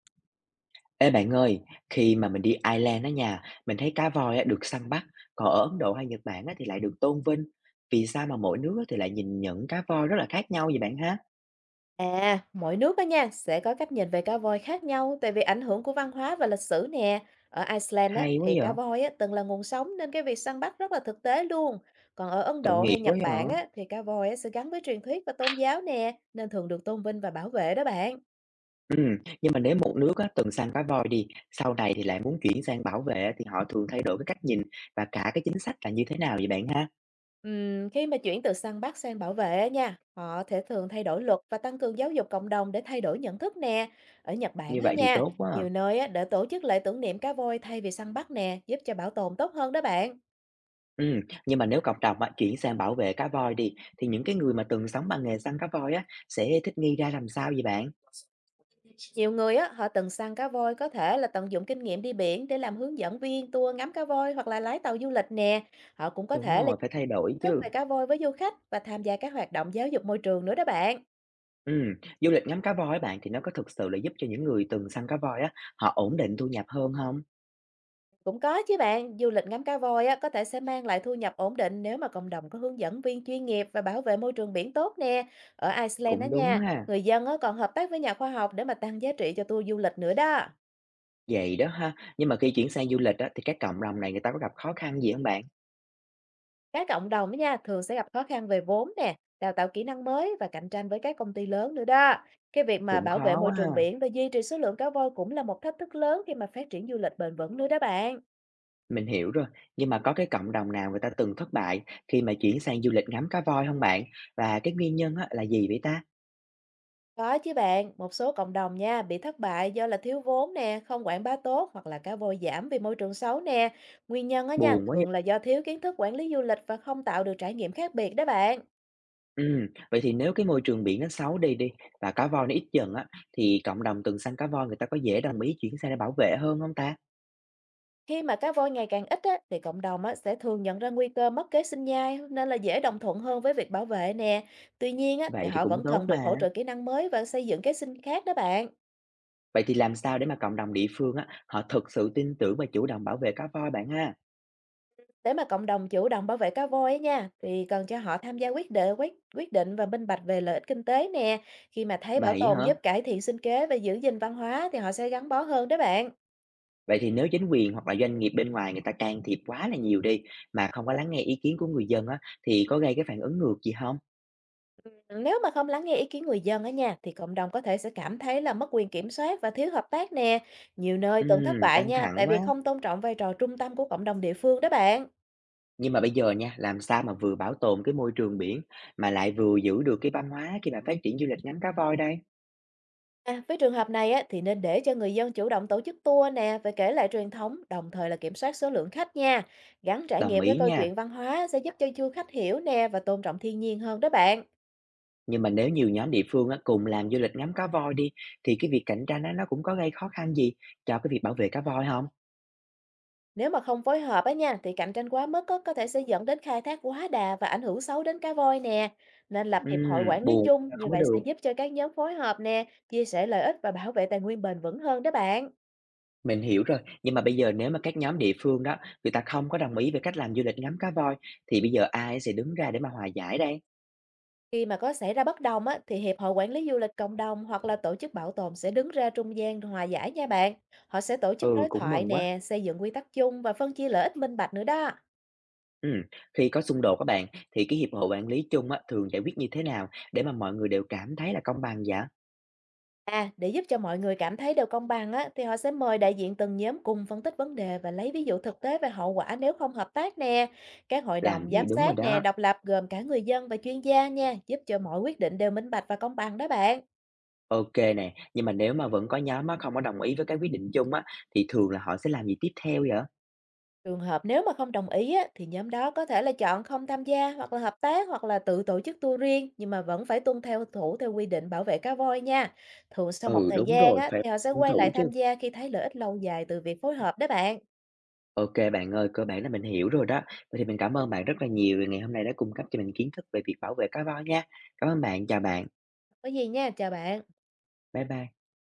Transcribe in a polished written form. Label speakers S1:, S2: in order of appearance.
S1: Ê bạn ơi, khi mà mình đi Ireland á nha, mình thấy cá voi á được săn bắt, còn ở Ấn Độ hay Nhật Bản á thì lại được tôn vinh. Vì sao mà mỗi nước á thì lại nhìn nhận cá voi rất là khác nhau vậy bạn ha?
S2: À, mỗi nước đó nha sẽ có cách nhìn về cá voi khác nhau tại vì ảnh hưởng của văn hóa và lịch sử nè. Ở Iceland á,
S1: Hay quá
S2: thì
S1: vậy,
S2: cá voi á, từng là nguồn sống nên cái việc săn bắt rất là thực tế luôn. Còn ở Ấn
S1: tội
S2: Độ
S1: nghiệp
S2: hay Nhật
S1: quá
S2: Bản
S1: vậy.
S2: á, thì cá voi á, sẽ gắn với truyền thuyết và tôn giáo nè nên thường được tôn vinh và bảo vệ đó bạn.
S1: Ừ, nhưng mà nếu một nước á từng săn cá voi đi, sau này thì lại muốn chuyển sang bảo vệ á, thì họ thường thay đổi cái cách nhìn và cả cái chính sách là như thế nào vậy bạn ha?
S2: Khi mà chuyển từ săn bắt sang bảo vệ á nha, họ thể thường thay đổi luật và tăng cường giáo dục cộng đồng để thay đổi nhận thức nè. Ở Nhật Bản
S1: Như
S2: á
S1: vậy thì
S2: nha,
S1: tốt quá. À.
S2: nhiều nơi á, đã tổ chức lễ tưởng niệm cá voi thay vì săn bắt nè, giúp cho bảo tồn tốt hơn đó bạn.
S1: Ừ, nhưng mà nếu cộng đồng á, chuyển sang bảo vệ cá voi đi thì những cái người mà từng sống bằng nghề săn cá voi á sẽ thích nghi ra làm sao vậy bạn?
S2: Nhiều người á, họ từng săn cá voi có thể là tận dụng kinh nghiệm đi biển để làm hướng dẫn viên tour ngắm cá voi hoặc là lái tàu du lịch nè. Họ cũng có
S1: Đúng
S2: thể là
S1: rồi, phải thay đổi
S2: kiến thức
S1: chứ.
S2: về cá voi với du khách và tham gia các hoạt động giáo dục môi trường nữa đó bạn.
S1: Ừ, du lịch ngắm cá voi á bạn thì nó có thực sự là giúp cho những người từng săn cá voi á, họ ổn định thu nhập hơn không?
S2: Cũng có chứ bạn, du lịch ngắm cá voi á, có thể sẽ mang lại thu nhập ổn định nếu mà cộng đồng có hướng dẫn viên chuyên nghiệp và bảo vệ môi trường biển tốt nè. Ở Iceland đó
S1: Cũng đúng
S2: nha,
S1: ha,
S2: người dân á, còn hợp tác với nhà khoa học để mà tăng giá trị cho tour du lịch nữa đó.
S1: vậy đó ha. Nhưng mà khi chuyển sang du lịch á, thì các cộng đồng này người ta có gặp khó khăn gì không bạn?
S2: Các cộng đồng đó nha thường sẽ gặp khó khăn về vốn nè, đào tạo kỹ năng mới và cạnh tranh với các công ty lớn nữa đó. Cái việc mà
S1: Cũng
S2: bảo vệ
S1: khó
S2: môi
S1: quá ha.
S2: trường biển và duy trì số lượng cá voi cũng là một thách thức lớn khi mà phát triển du lịch bền vững nữa đó bạn.
S1: Mình hiểu rồi, nhưng mà có cái cộng đồng nào người ta từng thất bại khi mà chuyển sang du lịch ngắm cá voi không bạn? Và cái nguyên nhân á là gì vậy ta?
S2: Có chứ bạn, một số cộng đồng nha bị thất bại do là thiếu vốn nè, không quảng bá tốt hoặc là cá voi giảm vì môi trường xấu nè. Nguyên nhân á nha
S1: Buồn quá vậy.
S2: thường là do thiếu kiến thức quản lý du lịch và không tạo được trải nghiệm khác biệt đó bạn.
S1: Vậy thì nếu cái môi trường biển nó xấu đi đi, và cá voi nó ít dần á, thì cộng đồng từng săn cá voi người ta có dễ đồng ý chuyển sang để bảo vệ hơn không ta?
S2: Khi mà cá voi ngày càng ít á, thì cộng đồng á, sẽ thường nhận ra nguy cơ mất kế sinh nhai nên là dễ đồng thuận hơn với việc bảo vệ nè. Tuy nhiên á, thì
S1: Vậy thì
S2: họ
S1: cũng
S2: vẫn
S1: tốt
S2: cần được
S1: mà.
S2: hỗ trợ kỹ năng mới và xây dựng kế sinh khác đó bạn.
S1: Vậy thì làm sao để mà cộng đồng địa phương á, họ thực sự tin tưởng và chủ động bảo vệ cá voi bạn ha?
S2: Để mà cộng đồng chủ động bảo vệ cá voi á nha, thì cần cho họ tham gia quyết định quyết quyết định và minh bạch về lợi ích kinh tế nè. Khi mà thấy bảo
S1: Vậy
S2: tồn
S1: hả?
S2: giúp cải thiện sinh kế và giữ gìn văn hóa thì họ sẽ gắn bó hơn đó bạn.
S1: Vậy thì nếu chính quyền hoặc là doanh nghiệp bên ngoài người ta can thiệp quá là nhiều đi mà không có lắng nghe ý kiến của người dân á thì có gây cái phản ứng ngược gì không?
S2: Nếu mà không lắng nghe ý kiến người dân ở nhà thì cộng đồng có thể sẽ cảm thấy là mất quyền kiểm soát và thiếu hợp tác nè. Nhiều nơi từng thất bại
S1: Căng
S2: nha,
S1: thẳng
S2: tại vì
S1: quá.
S2: không tôn trọng vai trò trung tâm của cộng đồng địa phương đó bạn.
S1: Nhưng mà bây giờ nha, làm sao mà vừa bảo tồn cái môi trường biển mà lại vừa giữ được cái văn hóa khi mà phát triển du lịch ngắm cá voi đây?
S2: À, với trường hợp này á, thì nên để cho người dân chủ động tổ chức tour nè và kể lại truyền thống, đồng thời là kiểm soát số lượng khách nha. Gắn trải
S1: Đồng
S2: nghiệm với
S1: ý
S2: câu
S1: nha.
S2: chuyện văn hóa sẽ giúp cho du khách hiểu nè và tôn trọng thiên nhiên hơn đó bạn.
S1: Nhưng mà nếu nhiều nhóm địa phương á, cùng làm du lịch ngắm cá voi đi thì cái việc cạnh tranh á, nó cũng có gây khó khăn gì cho cái việc bảo vệ cá voi không?
S2: Nếu mà không phối hợp á nha, thì cạnh tranh quá mức á, có thể sẽ dẫn đến khai thác quá đà và ảnh hưởng xấu đến cá voi nè. Nên lập hiệp hội quản lý
S1: Buồn
S2: chung,
S1: là
S2: như
S1: không có
S2: vậy sẽ
S1: được.
S2: giúp cho các nhóm phối hợp nè, chia sẻ lợi ích và bảo vệ tài nguyên bền vững hơn đó bạn.
S1: Mình hiểu rồi, nhưng mà bây giờ nếu mà các nhóm địa phương đó, người ta không có đồng ý về cách làm du lịch ngắm cá voi thì bây giờ ai sẽ đứng ra để mà hòa giải đây?
S2: Khi mà có xảy ra bất đồng á, thì Hiệp hội Quản lý Du lịch Cộng đồng hoặc là tổ chức bảo tồn sẽ đứng ra trung gian hòa giải nha bạn. Họ sẽ tổ chức
S1: Ừ,
S2: đối
S1: cũng
S2: thoại
S1: mừng quá.
S2: nè, xây dựng quy tắc chung và phân chia lợi ích minh bạch nữa đó.
S1: Ừm, khi có xung đột các bạn, thì cái hiệp hội quản lý chung á, thường giải quyết như thế nào để mà mọi người đều cảm thấy là công bằng vậy?
S2: À, để giúp cho mọi người cảm thấy đều công bằng á, thì họ sẽ mời đại diện từng nhóm cùng phân tích vấn đề và lấy ví dụ thực tế về hậu quả nếu không hợp tác nè. Các hội
S1: Làm
S2: đồng
S1: gì
S2: giám
S1: đúng rồi
S2: sát nè,
S1: đó.
S2: độc lập gồm cả người dân và chuyên gia nha, giúp cho mọi quyết định đều minh bạch và công bằng đó bạn.
S1: OK nè, nhưng mà nếu mà vẫn có nhóm á, không có đồng ý với cái quyết định chung á, thì thường là họ sẽ làm gì tiếp theo vậy?
S2: Trường hợp nếu mà không đồng ý á, thì nhóm đó có thể là chọn không tham gia hoặc là hợp tác hoặc là tự tổ chức tour riêng nhưng mà vẫn phải tuân theo thủ theo quy định bảo vệ cá voi nha. Thường sau một
S1: Ừ,
S2: thời
S1: đúng
S2: gian
S1: rồi,
S2: á,
S1: phải
S2: thì họ sẽ
S1: tuân
S2: quay lại
S1: thủ chứ.
S2: tham gia khi thấy lợi ích lâu dài từ việc phối hợp đó bạn.
S1: OK bạn ơi, cơ bản là mình hiểu rồi đó. Vậy thì mình cảm ơn bạn rất là nhiều vì ngày hôm nay đã cung cấp cho mình kiến thức về việc bảo vệ cá voi nha. Cảm ơn bạn, chào bạn.
S2: Có gì nha, chào bạn.
S1: Bye bye.